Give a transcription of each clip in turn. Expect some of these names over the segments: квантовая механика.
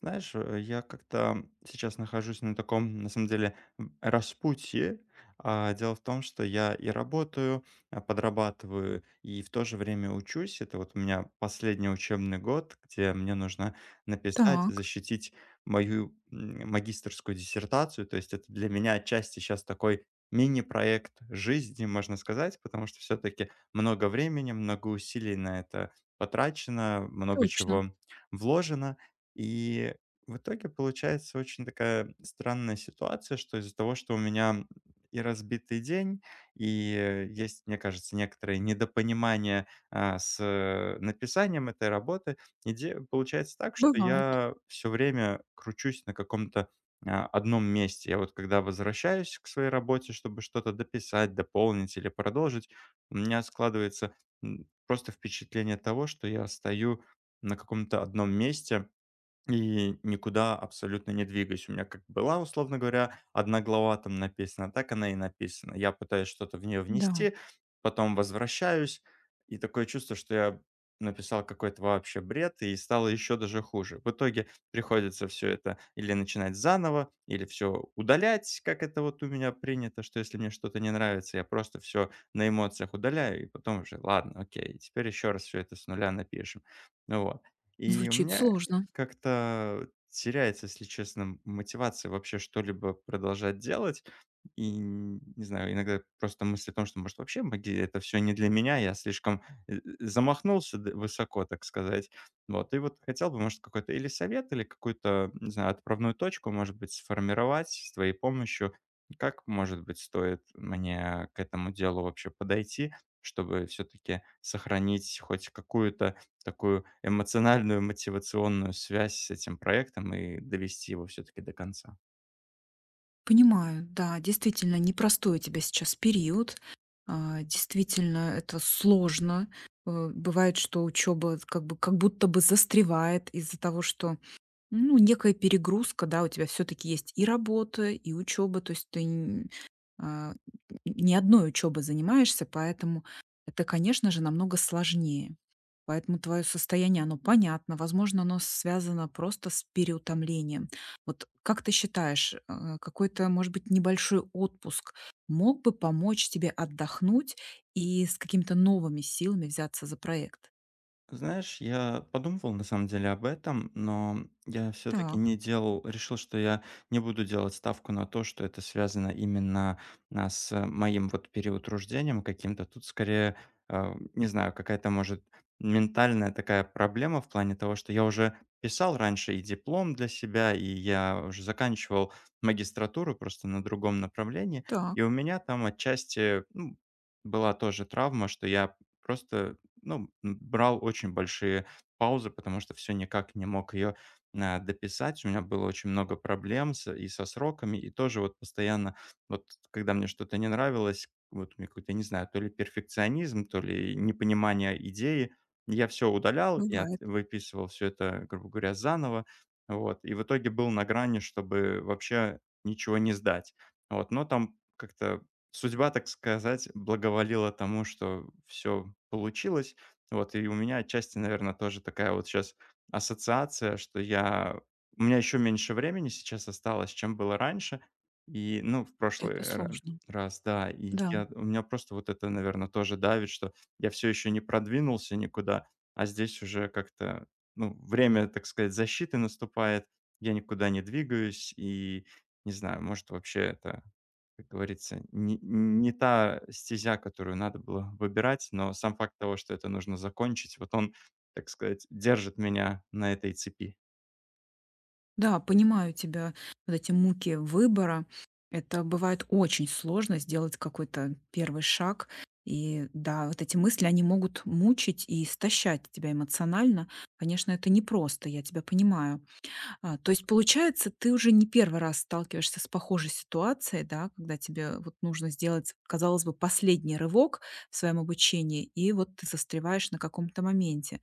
Знаешь, я как-то сейчас нахожусь на таком, на самом деле, распутье. Дело в том, что я и работаю, подрабатываю, и в то же время учусь. Это вот у меня последний учебный год, где мне нужно написать, Так, защитить мою магистерскую диссертацию. То есть это для меня отчасти сейчас такой мини-проект жизни, можно сказать, потому что все-таки много времени, много усилий на это потрачено, много точно. чего вложено. И в итоге получается очень такая странная ситуация, что из-за того, что у меня и разбитый день, и есть, мне кажется, некоторое недопонимание с написанием этой работы, получается так, что Бывает. я все время кручусь на каком-то одном месте. Я вот когда возвращаюсь к своей работе, чтобы что-то дописать, дополнить или продолжить, у меня складывается просто впечатление того, что я стою на каком-то одном месте, и никуда абсолютно не двигаюсь. У меня как была, условно говоря, одна глава там написана, а так она и написана. Я пытаюсь что-то в нее Да, внести, потом возвращаюсь, и такое чувство, что я написал какой-то вообще бред, и стало еще даже хуже. В итоге приходится все это или начинать заново, или все удалять, как это вот у меня принято, что если мне что-то не нравится, я просто все на эмоциях удаляю, и потом уже: "Ладно, окей, теперь еще раз все это с нуля напишем". Ну вот. И у звучит меня сложно. как-то теряется, если честно, мотивация вообще что-либо продолжать делать. И, не знаю, иногда просто мысль о том, что, может, вообще это все не для меня, я слишком, замахнулся д высоко, так сказать. Вот, и вот хотел бы, может, какой-то или совет, или какую-то, не знаю, отправную точку, может быть, сформировать с твоей помощью. Как, может быть, стоит мне к этому делу вообще подойти, чтобы все таки сохранить хоть какую-то такую эмоциональную, мотивационную связь с этим проектом и довести его все-таки до конца. Понимаю, да, действительно, непростой у тебя сейчас период. А, Действительно, это сложно. Э, Бывает, что учеба как бы как будто бы застревает из-за того, что ну, некая перегрузка, да, у тебя все-таки есть и работа, и учеба, то есть а, ни одной учебой занимаешься, поэтому это, конечно же, намного сложнее. Поэтому твое состояние, оно понятно. Возможно, оно связано просто с переутомлением. Вот как ты считаешь, какой-то, может быть, небольшой отпуск мог бы помочь тебе отдохнуть и с какими-то новыми силами взяться за проект? Знаешь, я подумывал на самом деле об этом, но я все-таки Так, не делал, решил, что я не буду делать ставку на то, что это связано именно с моим вот переутруждением каким-то. Тут скорее, не знаю, какая-то может ментальная такая проблема в плане того, что я уже писал раньше и диплом для себя, и я уже заканчивал магистратуру просто на другом направлении, так, и у меня там отчасти ну, была тоже травма, что я просто ну, брал очень большие паузы, потому что все никак не мог ее дописать. У меня было очень много проблем с и со сроками, и тоже вот постоянно, вот когда мне что-то не нравилось, вот у меня какой-то, не знаю, то ли перфекционизм, то ли непонимание идеи, я все удалял и от бывает. выписывал все это, грубо говоря, заново. Вот, и в итоге был на грани, чтобы вообще ничего не сдать. Вот, но там как-то судьба, так сказать, благоволила тому, что все получилось. Вот, и у меня отчасти, наверное, тоже такая вот сейчас ассоциация, что я у меня еще меньше времени сейчас осталось, чем было раньше. И, ну, в прошлый Это ра сложно. раз, да. И Да. я у меня просто вот это, наверное, тоже давит, что я все еще не продвинулся никуда, а здесь уже как-то, ну, время, так сказать, защиты наступает, я никуда не двигаюсь и не знаю, может, вообще это как говорится, не та стезя, которую надо было выбирать, но сам факт того, что это нужно закончить, вот он, так сказать, держит меня на этой цепи. Да, понимаю тебя, вот эти муки выбора. Это бывает очень сложно сделать какой-то первый шаг. И да, вот эти мысли, они могут мучить и истощать тебя эмоционально. Конечно, это непросто, я тебя понимаю. А, то есть, получается, ты уже не первый раз сталкиваешься с похожей ситуацией, да, когда тебе вот нужно сделать, казалось бы, последний рывок в своем обучении, и вот ты застреваешь на каком-то моменте.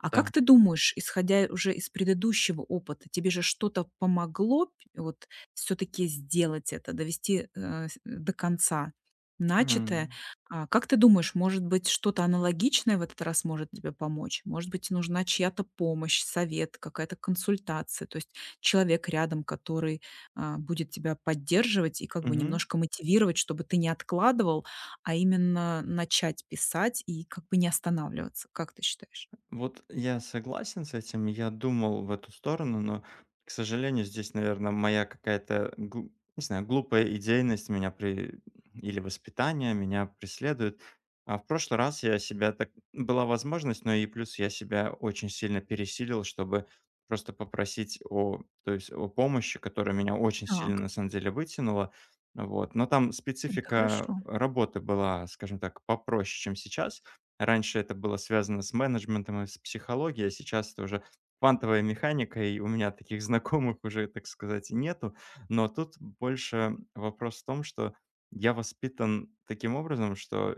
А как Да. ты думаешь, исходя уже из предыдущего опыта, тебе же что-то помогло п вот все таки сделать это, довести, э, с до конца начатое? Мгм. А, как ты думаешь, может быть, что-то аналогичное в этот раз может тебе помочь? Может быть, нужна чья-то помощь, совет, какая-то консультация? То есть человек рядом, который, будет тебя поддерживать и как бы Мгм. немножко мотивировать, чтобы ты не откладывал, а именно начать писать и как бы не останавливаться. Как ты считаешь? Вот я согласен с этим. Я думал в эту сторону, но, к сожалению, здесь, наверное, моя какая-то, не знаю, глупая идейность меня при... или воспитание меня преследует. А в прошлый раз я себя так... Была возможность, но и плюс я себя очень сильно пересилил, чтобы просто попросить то есть о помощи, которая меня очень сильно, Так. на самом деле, вытянула. Вот. Но там Это специфика хорошо. работы была, скажем так, попроще, чем сейчас. Раньше это было связано с менеджментом и с психологией, а сейчас это уже квантовая механика, и у меня таких знакомых уже, так сказать, нету. Но тут больше вопрос в том, что я воспитан таким образом, что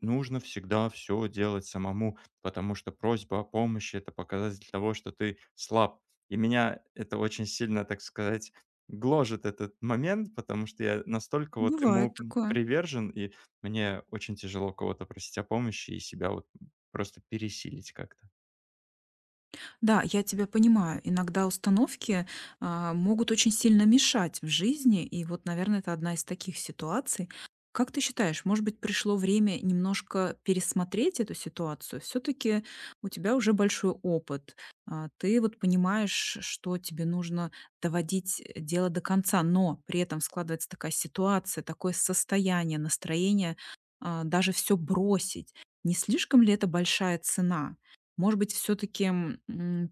нужно всегда все делать самому, потому что просьба о помощи – это показатель того, что ты слаб. И меня это очень сильно, так сказать, гложет этот момент, потому что я настолько вот Бывает ему такое. привержен и мне очень тяжело кого-то просить о помощи и себя вот, просто пересилить как-то. Да, я тебя понимаю. Иногда установки, могут очень сильно мешать в жизни, и вот, наверное, это одна из таких ситуаций. Как ты считаешь, может быть, пришло время немножко пересмотреть эту ситуацию? Все таки у тебя уже большой опыт. А, ты вот понимаешь, что тебе нужно доводить дело до конца, но при этом складывается такая ситуация, такое состояние, настроение, даже все бросить. Не слишком ли это большая цена? Может быть, все таки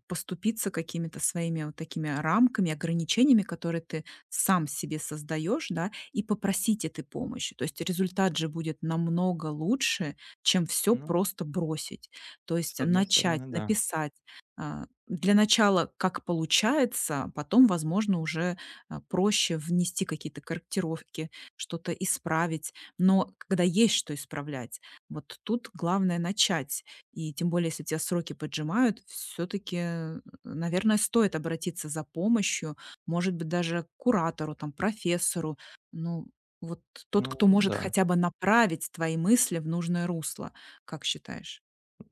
поступиться какими-то своими вот такими рамками, ограничениями, которые ты сам себе создаешь, да, и попросить этой помощи. То есть результат же будет намного лучше, чем все Ну, просто бросить. То с есть одной начать, стороны, да. написать. А, для начала, как получается, а потом, возможно, уже, проще внести какие-то корректировки, что-то исправить. Но когда есть что исправлять, вот тут главное начать. И тем более, если тебя сроки поджимают, все-таки, наверное, стоит обратиться за помощью, может быть, даже к куратору, там, профессору. Ну, вот тот, Ну кто может да. хотя бы направить твои мысли в нужное русло, как считаешь?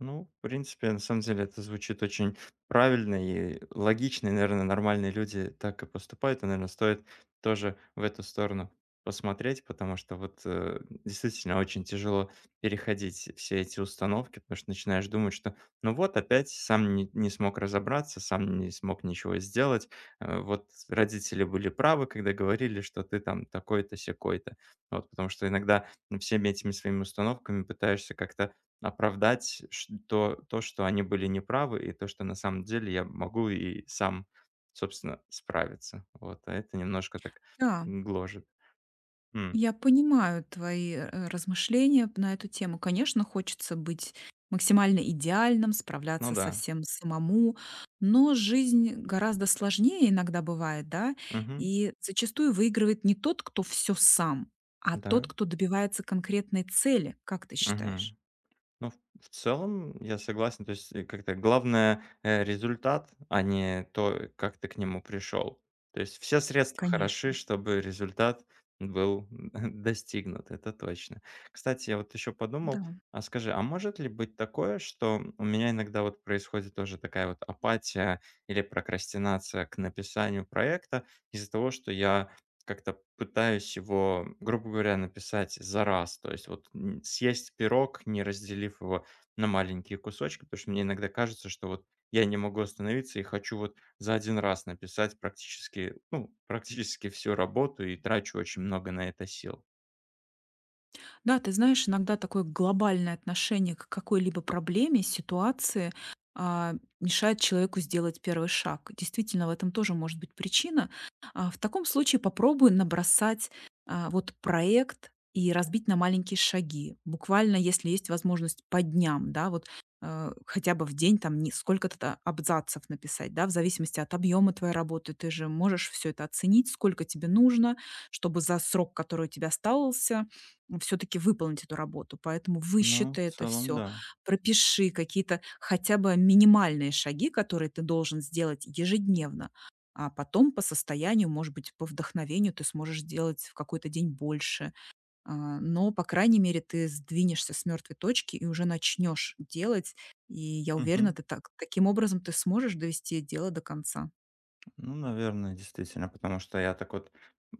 Ну, в принципе, на самом деле это звучит очень правильно и логично, и, наверное, нормальные люди так и поступают, и, наверное, стоит тоже в эту сторону посмотреть, потому что вот действительно очень тяжело переходить все эти установки, потому что начинаешь думать, что ну вот опять сам не смог разобраться, сам не смог ничего сделать, вот родители были правы, когда говорили, что ты там такой-то, сякой-то, вот, потому что иногда всеми этими своими установками пытаешься как-то оправдать то что они были неправы, и то, что на самом деле я могу и сам, собственно, справиться. Вот, а это немножко так Да. гложет. М, Я понимаю твои размышления на эту тему. Конечно, хочется быть максимально идеальным, ну справляться со да. всем самому, но жизнь гораздо сложнее иногда бывает, да, Мгм. и зачастую выигрывает не тот, кто все сам, а тот, Да. кто добивается конкретной цели, как ты считаешь? Мгм. Ну, в целом, я согласен. То есть, как-то главное, результат, а не то, как ты к нему пришел. То есть все средства Конечно, хороши, чтобы результат был достигнут, это точно. Кстати, я вот еще подумал, да. а скажи, а может ли быть такое, что у меня иногда вот происходит тоже такая вот апатия или прокрастинация к написанию проекта из-за того, что я как-то пытаюсь его, грубо говоря, написать за раз. То есть вот съесть пирог, не разделив его на маленькие кусочки, потому что мне иногда кажется, что вот я не могу остановиться и хочу вот за один раз написать практически, ну, практически всю работу и трачу очень много на это сил. Да, ты знаешь, иногда такое глобальное отношение к какой-либо проблеме, ситуации а, мешает человеку сделать первый шаг. Действительно, в этом тоже может быть причина. В таком случае попробуй набросать вот проект и разбить на маленькие шаги. Буквально, если есть возможность по дням, да, вот хотя бы в день там сколько-то абзацев написать, да, в зависимости от объема твоей работы, ты же можешь все это оценить, сколько тебе нужно, чтобы за срок, который у тебя остался, все таки выполнить эту работу. Поэтому Ну, высчитай в это целом, все, да. пропиши какие-то хотя бы минимальные шаги, которые ты должен сделать ежедневно, а потом по состоянию, может быть, по вдохновению ты сможешь делать в какой-то день больше. А, но, по крайней мере, ты сдвинешься с мертвой точки и уже начнешь делать. И я уверена, Мгм. ты так таким образом ты сможешь довести дело до конца. Ну, наверное, действительно, потому что я так вот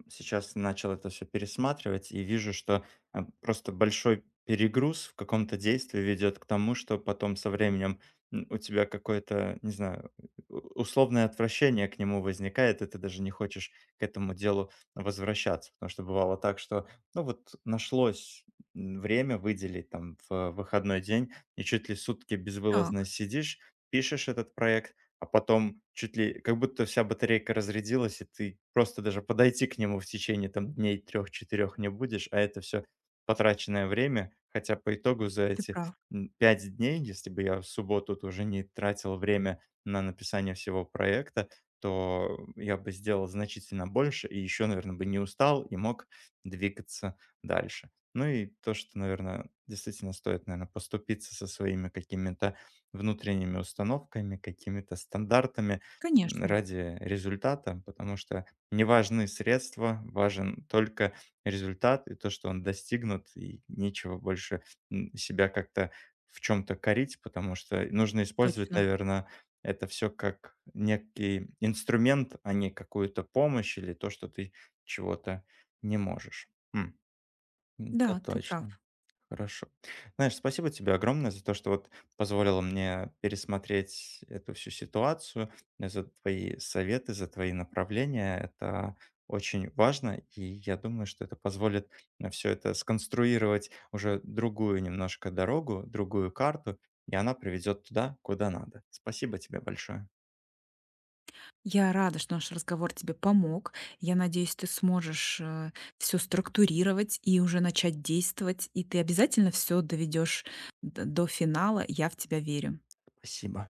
сейчас начал это все пересматривать и вижу, что просто большой перегруз в каком-то действии ведет к тому, что потом со временем у тебя какое-то, не знаю, у- условное отвращение к нему возникает, и ты даже не хочешь к этому делу возвращаться. Потому что бывало так, что, ну вот, нашлось время выделить там в выходной день, и чуть ли сутки Так, безвылазно сидишь, пишешь этот проект, а потом чуть ли как будто вся батарейка разрядилась, и ты просто даже подойти к нему в течение там дней трех-четырех не будешь, а это все потраченное время. Хотя по итогу за ты эти, прав. 5 дней, если бы я в субботу тоже не тратил время на написание всего проекта, то я бы сделал значительно больше и еще, наверное бы не устал и мог двигаться дальше. Ну и то, что, наверное действительно стоит, наверное поступиться со своими какими-то внутренними установками, какими-то стандартами Конечно, ради результата, потому что не важны средства, важен только результат и то, что он достигнут, и нечего больше себя как-то в чем-то корить, потому что нужно использовать, точно. наверное, это все как некий инструмент, а не какую-то помощь или то, что ты чего-то не можешь. М. Это Да, ты прав. точно. Хорошо. Знаешь, спасибо тебе огромное за то, что вот позволило мне пересмотреть эту всю ситуацию, за твои советы, за твои направления. Это очень важно, и я думаю, что это позволит на все это сконструировать уже другую немножко дорогу, другую карту, и она приведет туда, куда надо. Спасибо тебе большое. Я рада, что наш разговор тебе помог. Я надеюсь, ты сможешь все структурировать и уже начать действовать. И ты обязательно все доведешь до финала. Я в тебя верю. Спасибо.